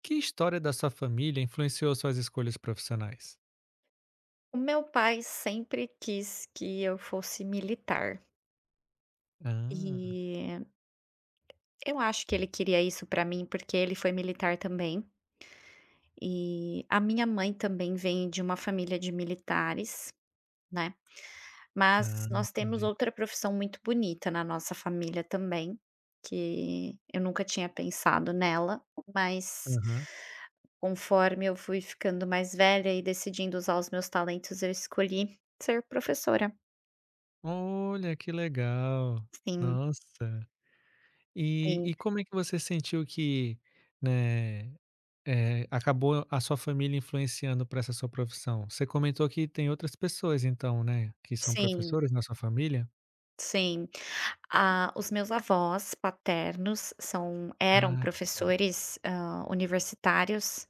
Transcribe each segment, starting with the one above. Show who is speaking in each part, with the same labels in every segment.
Speaker 1: Que história da sua família influenciou suas escolhas profissionais?
Speaker 2: O meu pai sempre quis que eu fosse militar,
Speaker 1: Ah,
Speaker 2: e eu acho que ele queria isso pra mim, porque ele foi militar também, e a minha mãe também vem de uma família de militares, né, mas
Speaker 1: ah,
Speaker 2: nós temos
Speaker 1: entendi.
Speaker 2: outra profissão muito bonita na nossa família também, que eu nunca tinha pensado nela, mas
Speaker 1: Aham.
Speaker 2: conforme eu fui ficando mais velha e decidindo usar os meus talentos, eu escolhi ser professora.
Speaker 1: Olha, que legal.
Speaker 2: Sim,
Speaker 1: Nossa. E
Speaker 2: sim,
Speaker 1: e como é que você sentiu que, né, acabou a sua família influenciando para essa sua profissão? Você comentou que tem outras pessoas então, né, que são
Speaker 2: sim.
Speaker 1: professores na sua família?
Speaker 2: Sim. Ah, os meus avós paternos são eram
Speaker 1: Ah, que legal.
Speaker 2: professores, universitários.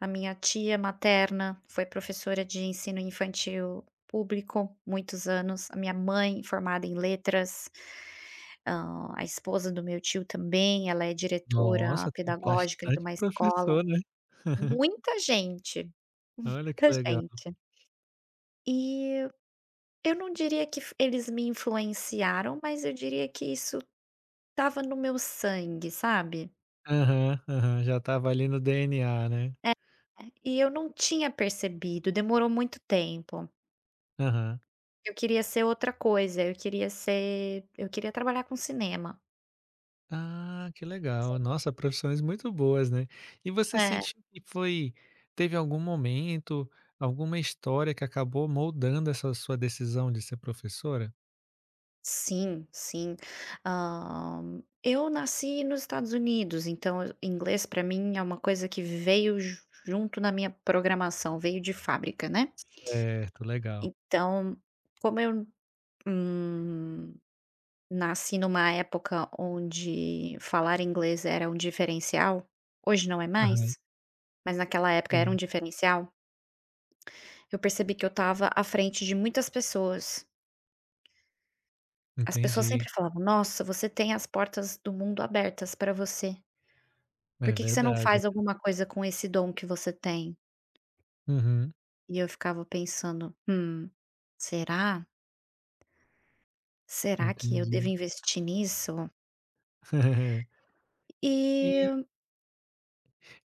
Speaker 2: A minha tia materna foi professora de ensino infantil público muitos anos. A minha mãe formada em letras. A esposa do meu tio também, ela é diretora
Speaker 1: Nossa, tem
Speaker 2: pedagógica de
Speaker 1: bastante
Speaker 2: uma escola.
Speaker 1: professor, né?
Speaker 2: Muita gente,
Speaker 1: Olha que
Speaker 2: muita
Speaker 1: legal.
Speaker 2: gente. E eu não diria que f eles me influenciaram, mas eu diria que isso estava no meu sangue, sabe.
Speaker 1: Aham, aham, já estava ali no DNA, né?
Speaker 2: E eu não tinha percebido, demorou muito tempo.
Speaker 1: Aham.
Speaker 2: Eu queria ser outra coisa, eu queria trabalhar com cinema.
Speaker 1: Ah, que legal. Nossa, profissões muito boas, né. E você
Speaker 2: É.
Speaker 1: sentiu que foi teve algum momento, alguma história que acabou moldando essa sua decisão de ser professora?
Speaker 2: Sim, sim. Eu nasci nos Estados Unidos, então inglês para mim é uma coisa que veio ju junto na minha programação, veio de fábrica, né.
Speaker 1: Certo, legal.
Speaker 2: Então, como eu, hum nasci numa época onde falar inglês era um diferencial, hoje não é
Speaker 1: Aham,
Speaker 2: mais, mas naquela época era um
Speaker 1: sim,
Speaker 2: diferencial, eu percebi que eu estava à frente de muitas pessoas. As pessoas
Speaker 1: entendi.
Speaker 2: sempre falavam: "Nossa, você tem as portas do mundo abertas para você. Por
Speaker 1: É
Speaker 2: que que você não
Speaker 1: verdade,
Speaker 2: faz
Speaker 1: né.
Speaker 2: alguma coisa com esse dom que você tem?"
Speaker 1: Uhum,
Speaker 2: E eu ficava pensando: será? Será que eu devo
Speaker 1: entendi.
Speaker 2: investir nisso?"
Speaker 1: E
Speaker 2: E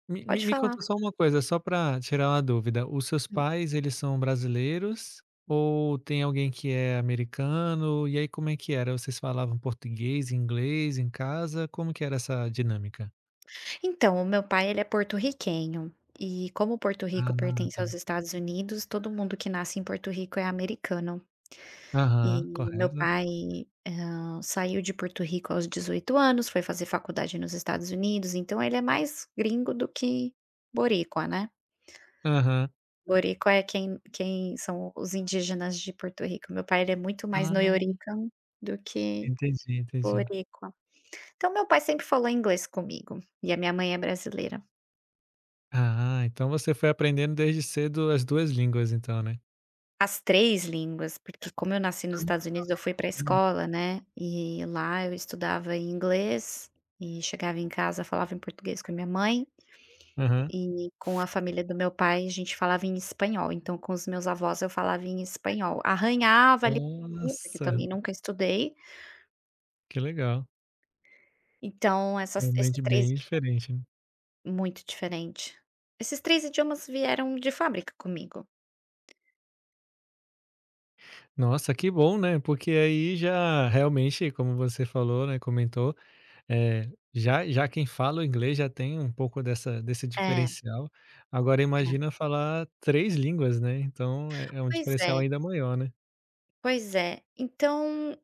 Speaker 1: Me me
Speaker 2: pode
Speaker 1: me
Speaker 2: falar.
Speaker 1: conta só uma coisa, só para tirar uma dúvida, os seus pais eles são brasileiros ou tem alguém que é americano? E aí como é que era? Vocês falavam português, inglês em casa? Como que era essa dinâmica?
Speaker 2: Então, o meu pai, ele é porto-riquenho, e como Porto
Speaker 1: Ah,
Speaker 2: Rico pertence aos
Speaker 1: tá.
Speaker 2: Estados Unidos, todo mundo que nasce em Porto Rico é americano. E
Speaker 1: Aham,
Speaker 2: meu
Speaker 1: correto.
Speaker 2: pai, saiu de Porto Rico aos 18 anos, foi fazer faculdade nos Estados Unidos, então ele é mais gringo do que boricua, né.
Speaker 1: Aham.
Speaker 2: Boricua é quem são os indígenas de Porto Rico. Meu pai, ele é muito mais
Speaker 1: Ah,
Speaker 2: Nuyorican do que
Speaker 1: entendi, entendi.
Speaker 2: boricua. Então meu pai sempre falou inglês comigo, e a minha mãe é brasileira.
Speaker 1: Ah, então você foi aprendendo desde cedo as 2 línguas então, né?
Speaker 2: As 3 línguas, porque como eu nasci
Speaker 1: Ah,
Speaker 2: nos Estados Unidos,
Speaker 1: o
Speaker 2: eu fui para a
Speaker 1: espanhol, né.
Speaker 2: escola, né, e lá eu estudava em inglês e chegava em casa, falava em português com a minha mãe
Speaker 1: Aham.
Speaker 2: e com a família do meu pai a gente falava em espanhol, então com os meus avós eu falava em espanhol. Arranhava ali um pouquinho, porque eu
Speaker 1: Nossa,
Speaker 2: também nunca estudei,
Speaker 1: que legal.
Speaker 2: então essas esses
Speaker 1: Realmente
Speaker 2: 3
Speaker 1: bem diferente, né.
Speaker 2: muito diferente. Esses 3 idiomas vieram de fábrica comigo.
Speaker 1: Nossa, que bom, né, porque aí já realmente, como você falou, né, comentou, já quem fala o inglês já tem um pouco dessa desse
Speaker 2: É, é.
Speaker 1: diferencial, agora imagina falar 3 línguas, né, então é um
Speaker 2: Pois
Speaker 1: diferencial
Speaker 2: é,
Speaker 1: ainda maior, né.
Speaker 2: pois é. Então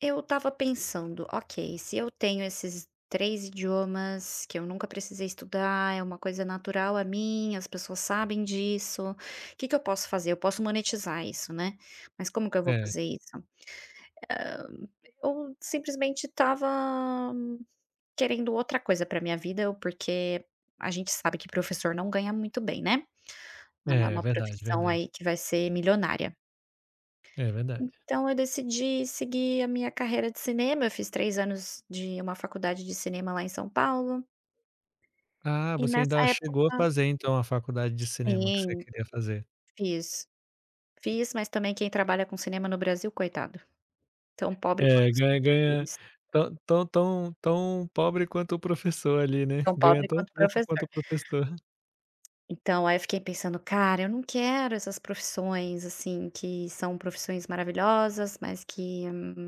Speaker 2: eu estava pensando, ok, se eu tenho esses 3 idiomas que eu nunca precisei estudar, é uma coisa natural a mim, as pessoas sabem disso, o que que eu posso fazer? Eu posso monetizar isso, né, mas como que eu vou
Speaker 1: É,
Speaker 2: fazer isso? Hã, eu simplesmente estava querendo outra coisa pra minha vida, porque a gente sabe que professor não ganha muito bem, né, não é
Speaker 1: é
Speaker 2: uma
Speaker 1: verdade,
Speaker 2: profissão
Speaker 1: verdade.
Speaker 2: aí que vai ser milionária.
Speaker 1: É verdade.
Speaker 2: Então eu decidi seguir a minha carreira de cinema, eu fiz 3 anos de uma faculdade de cinema lá em São Paulo,
Speaker 1: Ah,
Speaker 2: e
Speaker 1: você
Speaker 2: nessa
Speaker 1: ainda chegou a
Speaker 2: época
Speaker 1: fazer então a faculdade de cinema que você
Speaker 2: sim,
Speaker 1: queria fazer.
Speaker 2: fiz. Fiz, mas também quem trabalha com cinema no Brasil, coitado, tão pobre quanto
Speaker 1: É,
Speaker 2: os
Speaker 1: ganha
Speaker 2: professores,
Speaker 1: tão pobre quanto o professor ali, né,
Speaker 2: tão
Speaker 1: ganha
Speaker 2: pobre
Speaker 1: tão
Speaker 2: quanto o
Speaker 1: pouco
Speaker 2: professor.
Speaker 1: quanto o professor.
Speaker 2: Então aí eu fiquei pensando: "Cara, eu não quero essas profissões, assim, que são profissões maravilhosas, mas que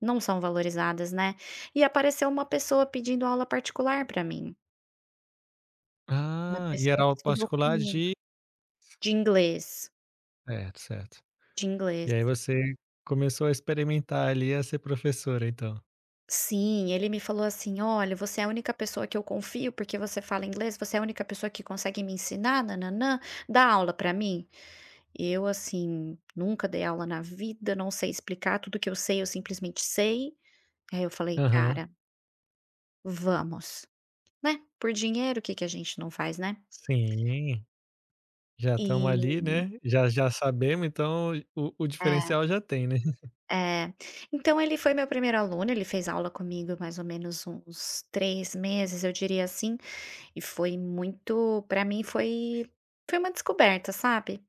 Speaker 2: não são valorizadas, né." E apareceu uma pessoa pedindo aula particular pra mim, uma
Speaker 1: Ah, e
Speaker 2: pessoa
Speaker 1: era
Speaker 2: que
Speaker 1: aula
Speaker 2: estudou
Speaker 1: particular
Speaker 2: comigo.
Speaker 1: de
Speaker 2: De inglês,
Speaker 1: certo, certo.
Speaker 2: de inglês.
Speaker 1: E aí você começou a experimentar ali a ser professora então.
Speaker 2: Sim, ele me falou assim: "Olha, você é a única pessoa que eu confio, porque você fala inglês, você é a única pessoa que consegue me ensinar, nananã, dá aula pra mim." Eu, assim, nunca dei aula na vida, não sei explicar, tudo que eu sei, eu simplesmente sei. Aí eu falei:
Speaker 1: Aham.
Speaker 2: "Cara, vamos", né, por dinheiro, o que que a gente não faz, né?
Speaker 1: Sim, já estamos
Speaker 2: E
Speaker 1: ali, né, já sabemos, então o
Speaker 2: é,
Speaker 1: diferencial já tem, né.
Speaker 2: é. Então ele foi meu primeiro aluno, ele fez aula comigo mais ou menos uns 3 meses, eu diria assim. E foi muito pra mim foi foi uma descoberta, sabe.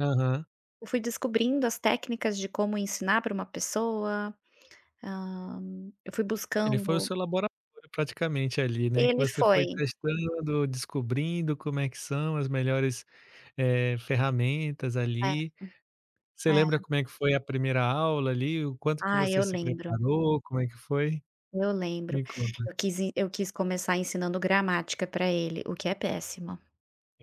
Speaker 1: Aham.
Speaker 2: Eu fui descobrindo as técnicas de como ensinar pra uma pessoa, hã, eu fui
Speaker 1: Ele foi o
Speaker 2: buscando
Speaker 1: seu laboratório praticamente ali, né, que
Speaker 2: ele
Speaker 1: você foi
Speaker 2: foi.
Speaker 1: testando, descobrindo como é que são as melhores, ferramentas
Speaker 2: É,
Speaker 1: ali. Você
Speaker 2: é.
Speaker 1: lembra como é que foi a primeira aula ali, o quanto que
Speaker 2: Ah, eu
Speaker 1: você se
Speaker 2: lembro,
Speaker 1: preparou, como é que foi?
Speaker 2: eu lembro.
Speaker 1: Me conta.
Speaker 2: Eu quis começar ensinando gramática pra ele, o que é péssimo.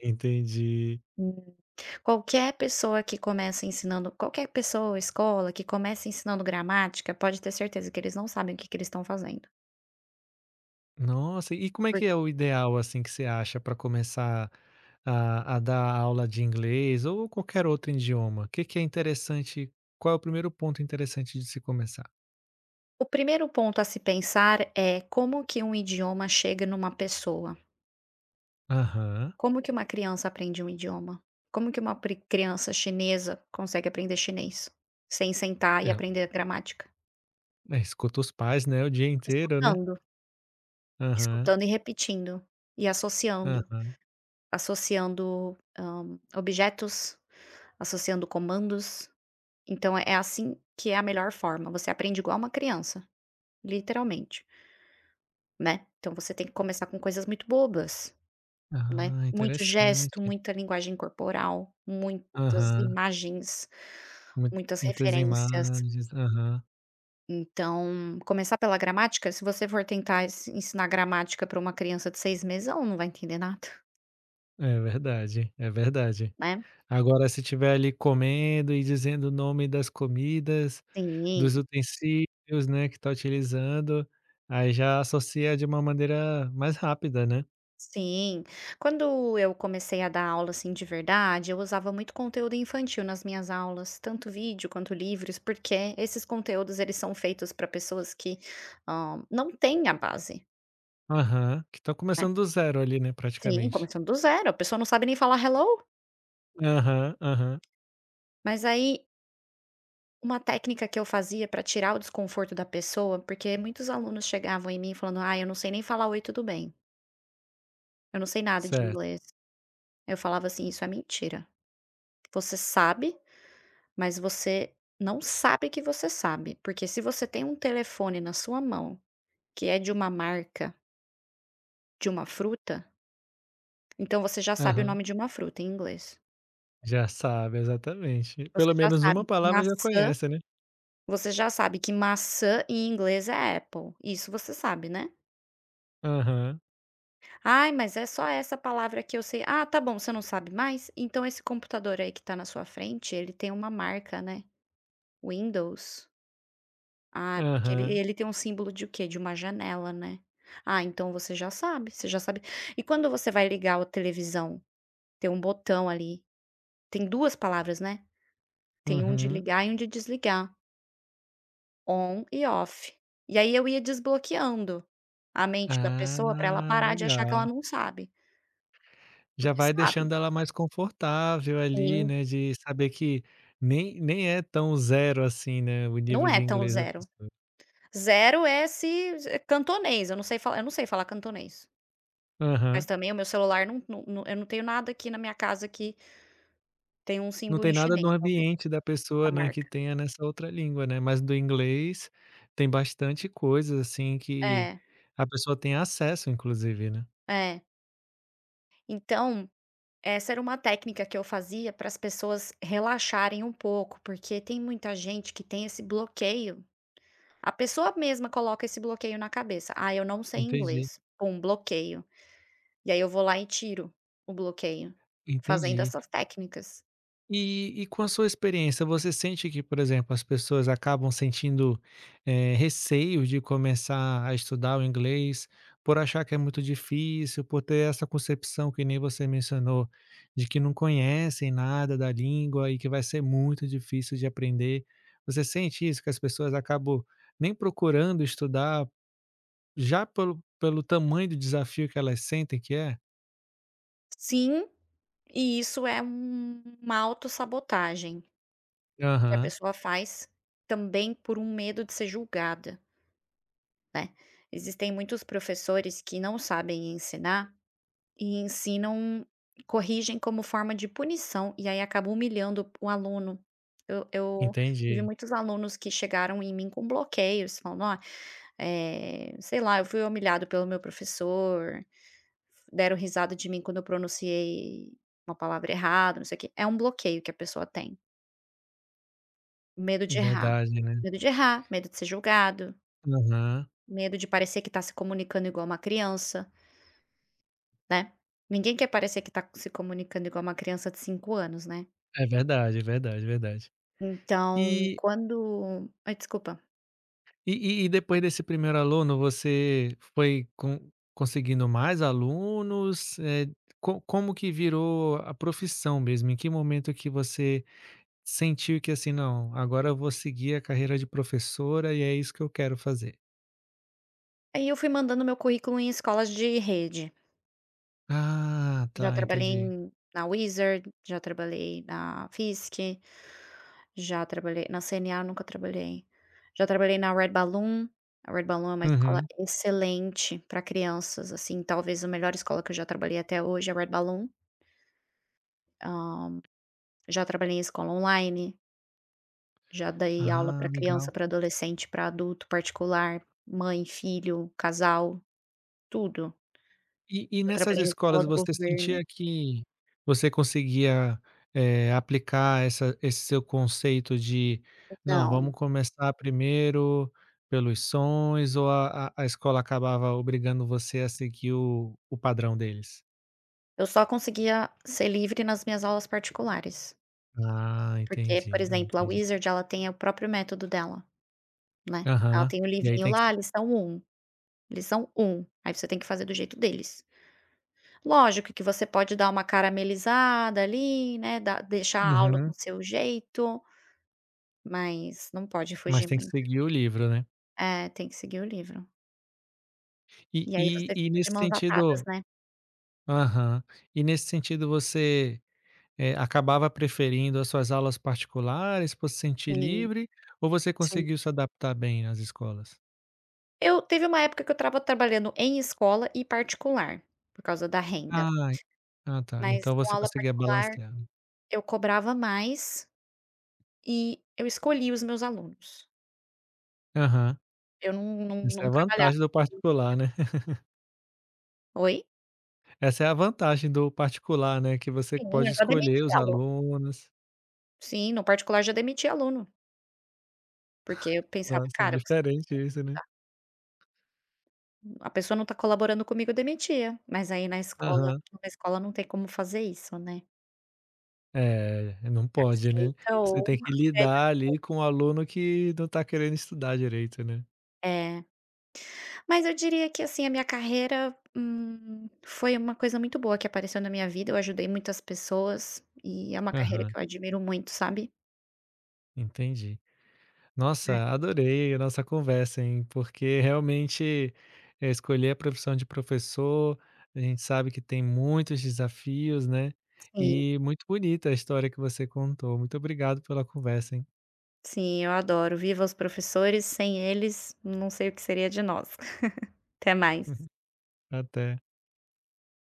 Speaker 1: Entendi.
Speaker 2: Hum. Qualquer pessoa que começa ensinando qualquer pessoa, escola, que começa ensinando gramática, pode ter certeza que eles não sabem o que que eles estão fazendo.
Speaker 1: Nossa, e como é que é o ideal, assim, que você acha para começar a dar aula de inglês ou qualquer outro idioma? O que que é interessante qual é o primeiro ponto interessante de se começar?
Speaker 2: O primeiro ponto a se pensar é como que um idioma chega numa pessoa.
Speaker 1: Aham.
Speaker 2: Como que uma criança aprende um idioma? Como que uma criança chinesa consegue aprender chinês sem sentar e
Speaker 1: É,
Speaker 2: aprender a gramática?
Speaker 1: é, escuta os pais, né, o dia inteiro, né.
Speaker 2: Escutando,
Speaker 1: Aham,
Speaker 2: escutando e repetindo e associando,
Speaker 1: aham.
Speaker 2: associando objetos, associando comandos. Então é assim que é a melhor forma. Você aprende igual uma criança, literalmente, né? Então você tem que começar com coisas muito bobas. Né,
Speaker 1: Ah,
Speaker 2: muito gesto,
Speaker 1: interessante.
Speaker 2: muita linguagem corporal, muitas
Speaker 1: Aham.
Speaker 2: imagens,
Speaker 1: Mui
Speaker 2: muitas
Speaker 1: muitas
Speaker 2: referências.
Speaker 1: imagens. Aham.
Speaker 2: Então, começar pela gramática, se você for tentar ensinar gramática para uma criança de 6 meses, ela não vai entender nada,
Speaker 1: É verdade, é verdade.
Speaker 2: né.
Speaker 1: Agora se estiver ali comendo e dizendo o nome das comidas,
Speaker 2: Sim,
Speaker 1: dos utensílios, né, que está utilizando, aí já associa de uma maneira mais rápida, né.
Speaker 2: sim. Quando eu comecei a dar aula, assim, de verdade, eu usava muito conteúdo infantil nas minhas aulas, tanto vídeo quanto livros, porque esses conteúdos eles são feitos para pessoas que, não têm a base.
Speaker 1: Aham, que estão começando do zero ali, né,
Speaker 2: Sim,
Speaker 1: praticamente.
Speaker 2: começando do zero, a pessoa não sabe nem falar "hello".
Speaker 1: Aham, aham,
Speaker 2: Mas aí, uma técnica que eu fazia pra tirar o desconforto da pessoa, porque muitos alunos chegavam em mim falando: "Ah, eu não sei nem falar 'oi, tudo bem', eu não sei nada de
Speaker 1: certo.
Speaker 2: inglês." Eu falava assim: "Isso é mentira. Você sabe, mas você não sabe que você sabe, porque se você tem um telefone na sua mão, que é de uma marca de uma fruta, então você já sabe o
Speaker 1: Aham.
Speaker 2: nome de uma fruta em inglês.
Speaker 1: Já sabe, exatamente.
Speaker 2: Você
Speaker 1: Pelo
Speaker 2: já
Speaker 1: menos uma
Speaker 2: sabe que
Speaker 1: palavra já
Speaker 2: maçã"
Speaker 1: conhece, né.
Speaker 2: Você já sabe que maçã em inglês é apple, isso você sabe, né?
Speaker 1: Aham,
Speaker 2: Ai, mas é só essa palavra que eu sei." "Ah, tá bom, você não sabe mais? Então esse computador aí que tá na sua frente, ele tem uma marca, né? Windows. Ah, porque ele
Speaker 1: aham,
Speaker 2: ele tem um símbolo de o quê? De uma janela, né? Ah, então você já sabe, você já sabe. E quando você vai ligar a televisão, tem um botão ali, tem 2 palavras, né? Tem um de
Speaker 1: uhum.
Speaker 2: ligar e um de desligar. On e off." E aí eu ia desbloqueando a mente da pessoa pra ela
Speaker 1: Ah,
Speaker 2: parar de achar que ela
Speaker 1: legal.
Speaker 2: não sabe,
Speaker 1: Já
Speaker 2: porque
Speaker 1: vai
Speaker 2: sabe.
Speaker 1: deixando ela mais confortável ali,
Speaker 2: Sim,
Speaker 1: né, de saber que nem é tão zero assim, né, o
Speaker 2: não
Speaker 1: nível
Speaker 2: é
Speaker 1: de
Speaker 2: tão
Speaker 1: inglês da
Speaker 2: zero.
Speaker 1: pessoa.
Speaker 2: Zero é se se Cantonês, eu não sei falar cantonês, mas
Speaker 1: Aham.
Speaker 2: também o meu celular eu não tenho nada aqui na minha casa que tem um
Speaker 1: Não
Speaker 2: símbolo em
Speaker 1: tem nada no
Speaker 2: chinês, talvez,
Speaker 1: ambiente da
Speaker 2: a
Speaker 1: pessoa, né, que
Speaker 2: marca.
Speaker 1: tenha nessa outra língua, né, mas do inglês tem bastante coisas, assim, que
Speaker 2: É,
Speaker 1: a pessoa tem acesso inclusive, né.
Speaker 2: é. Então, essa era uma técnica que eu fazia para as pessoas relaxarem um pouco, porque tem muita gente que tem esse bloqueio. A pessoa mesma coloca esse bloqueio na cabeça: "Ah, eu não sei
Speaker 1: Entendi,
Speaker 2: inglês", pum, bloqueio. E aí eu vou lá e tiro o bloqueio, fazendo
Speaker 1: entendi.
Speaker 2: essas técnicas.
Speaker 1: E com a sua experiência, você sente que, por exemplo, as pessoas acabam sentindo, receio de começar a estudar o inglês, por achar que é muito difícil, por ter essa concepção que nem você mencionou, de que não conhecem nada da língua e que vai ser muito difícil de aprender. Você sente isso, que as pessoas acabam nem procurando estudar, já pelo tamanho do desafio que elas sentem que é?
Speaker 2: Sim, e isso é uma autossabotagem que a
Speaker 1: Aham,
Speaker 2: pessoa faz também por um medo de ser julgada, né. Existem muitos professores que não sabem ensinar. E ensinam Corrigem como forma de punição, e aí acaba humilhando o aluno. Eu tive
Speaker 1: entendi.
Speaker 2: muitos alunos que chegaram em mim com bloqueios, falando: "Ó, sei lá, eu fui humilhado pelo meu professor, deram risada de mim quando eu pronunciei uma palavra errada, não sei o quê." É um bloqueio que a pessoa tem, medo
Speaker 1: É
Speaker 2: de errar.
Speaker 1: verdade, né?
Speaker 2: Medo de errar, medo de ser julgado,
Speaker 1: Aham.
Speaker 2: medo de parecer que está se comunicando igual uma criança, né. Ninguém quer parecer que está se comunicando igual uma criança de 5 anos, né.
Speaker 1: É verdade, é verdade, é verdade.
Speaker 2: Então,
Speaker 1: E
Speaker 2: desculpa.
Speaker 1: e depois desse primeiro aluno, você foi con conseguindo mais alunos? Co como que virou a profissão mesmo? Em que momento que você sentiu que assim: "Não, agora eu vou seguir a carreira de professora e é isso que eu quero fazer"?
Speaker 2: Aí eu fui mandando meu currículo em escolas de rede.
Speaker 1: Ah,
Speaker 2: Já
Speaker 1: tá,
Speaker 2: trabalhei
Speaker 1: entendi.
Speaker 2: na Wizard, já trabalhei na Fiesc, já trabalhei na CNA nunca trabalhei. Já trabalhei na Red Balloon. A Red Balloon é uma escola
Speaker 1: Uhum.
Speaker 2: excelente para crianças, assim, talvez a melhor escola que eu já trabalhei até hoje é a Red Balloon. Hã, Já trabalhei em escola online, já dei aula
Speaker 1: Ah,
Speaker 2: para criança,
Speaker 1: legal.
Speaker 2: para adolescente, para adulto, particular, mãe, filho, casal, tudo.
Speaker 1: E
Speaker 2: Já
Speaker 1: nessas
Speaker 2: trabalhei em
Speaker 1: escolas
Speaker 2: escola do
Speaker 1: você
Speaker 2: governo.
Speaker 1: sentia que você conseguia, aplicar essa esse seu conceito de: "Não,
Speaker 2: Não,
Speaker 1: vamos começar primeiro pelos sons", ou a escola acabava obrigando você a seguir o padrão deles?
Speaker 2: eu só conseguia ser livre nas minhas aulas particulares,
Speaker 1: Ah,
Speaker 2: porque, por
Speaker 1: entendi,
Speaker 2: exemplo, a
Speaker 1: entendi.
Speaker 2: Wizard ela tem o próprio método dela, né. Ela
Speaker 1: Aham.
Speaker 2: tem o
Speaker 1: E aí
Speaker 2: livrinho
Speaker 1: tem que
Speaker 2: lá,
Speaker 1: se
Speaker 2: lição um aí você tem que fazer do jeito deles. Lógico que você pode dar uma caramelizada ali, né, dar deixar a aula com
Speaker 1: uhum.
Speaker 2: seu jeito, mas não pode
Speaker 1: Mas
Speaker 2: fugir
Speaker 1: tem que
Speaker 2: muito.
Speaker 1: seguir o livro, né.
Speaker 2: É, tem que seguir o livro.
Speaker 1: E
Speaker 2: E aí
Speaker 1: e
Speaker 2: você
Speaker 1: e
Speaker 2: fica de
Speaker 1: nesse
Speaker 2: mãos atadas,
Speaker 1: sentido
Speaker 2: né.
Speaker 1: aham. E nesse sentido você acabava preferindo as suas aulas particulares por se sentir
Speaker 2: Sim,
Speaker 1: livre, ou você
Speaker 2: sim.
Speaker 1: conseguiu se adaptar bem às escolas?
Speaker 2: Eu teve uma época que eu estava trabalhando em escola e particular, por causa da renda,
Speaker 1: Ai, ah tá,
Speaker 2: mas
Speaker 1: então
Speaker 2: com
Speaker 1: você
Speaker 2: aula
Speaker 1: conseguia
Speaker 2: particular
Speaker 1: balancear.
Speaker 2: eu cobrava mais e eu escolhia os meus alunos.
Speaker 1: Aham.
Speaker 2: Eu não não
Speaker 1: Essa é
Speaker 2: não
Speaker 1: a
Speaker 2: trabalhava.
Speaker 1: vantagem do particular, né.
Speaker 2: Oi?
Speaker 1: Essa é a vantagem do particular, né, que você
Speaker 2: Sim, eu
Speaker 1: pode
Speaker 2: já demiti
Speaker 1: escolher os
Speaker 2: aluno.
Speaker 1: alunos.
Speaker 2: Sim, no particular já demiti aluno, porque eu pensava:
Speaker 1: Nossa, é
Speaker 2: "Cara, você não
Speaker 1: diferente isso, né.
Speaker 2: a pessoa não está colaborando comigo", eu demitia. Mas aí na escola
Speaker 1: Aham.
Speaker 2: na escola não tem como fazer isso, né.
Speaker 1: É, não pode, né.
Speaker 2: Aceita
Speaker 1: Você
Speaker 2: ou
Speaker 1: tem que lidar ali com o aluno que não tá querendo estudar direito, né.
Speaker 2: é. Mas eu diria que, assim, a minha carreira, foi uma coisa muito boa que apareceu na minha vida, eu ajudei muitas pessoas, e é uma carreira que
Speaker 1: Aham,
Speaker 2: eu admiro muito, sabe.
Speaker 1: entendi. Nossa, adorei a nossa conversa, hein? Porque realmente escolher a profissão de professor, a gente sabe que tem muitos desafios, né?
Speaker 2: Sim,
Speaker 1: E muito bonita a história que você contou. Muito obrigado pela conversa, hein?
Speaker 2: sim, eu adoro. Viva os professores, sem eles, não sei o que seria de nós. Até mais.
Speaker 1: Até.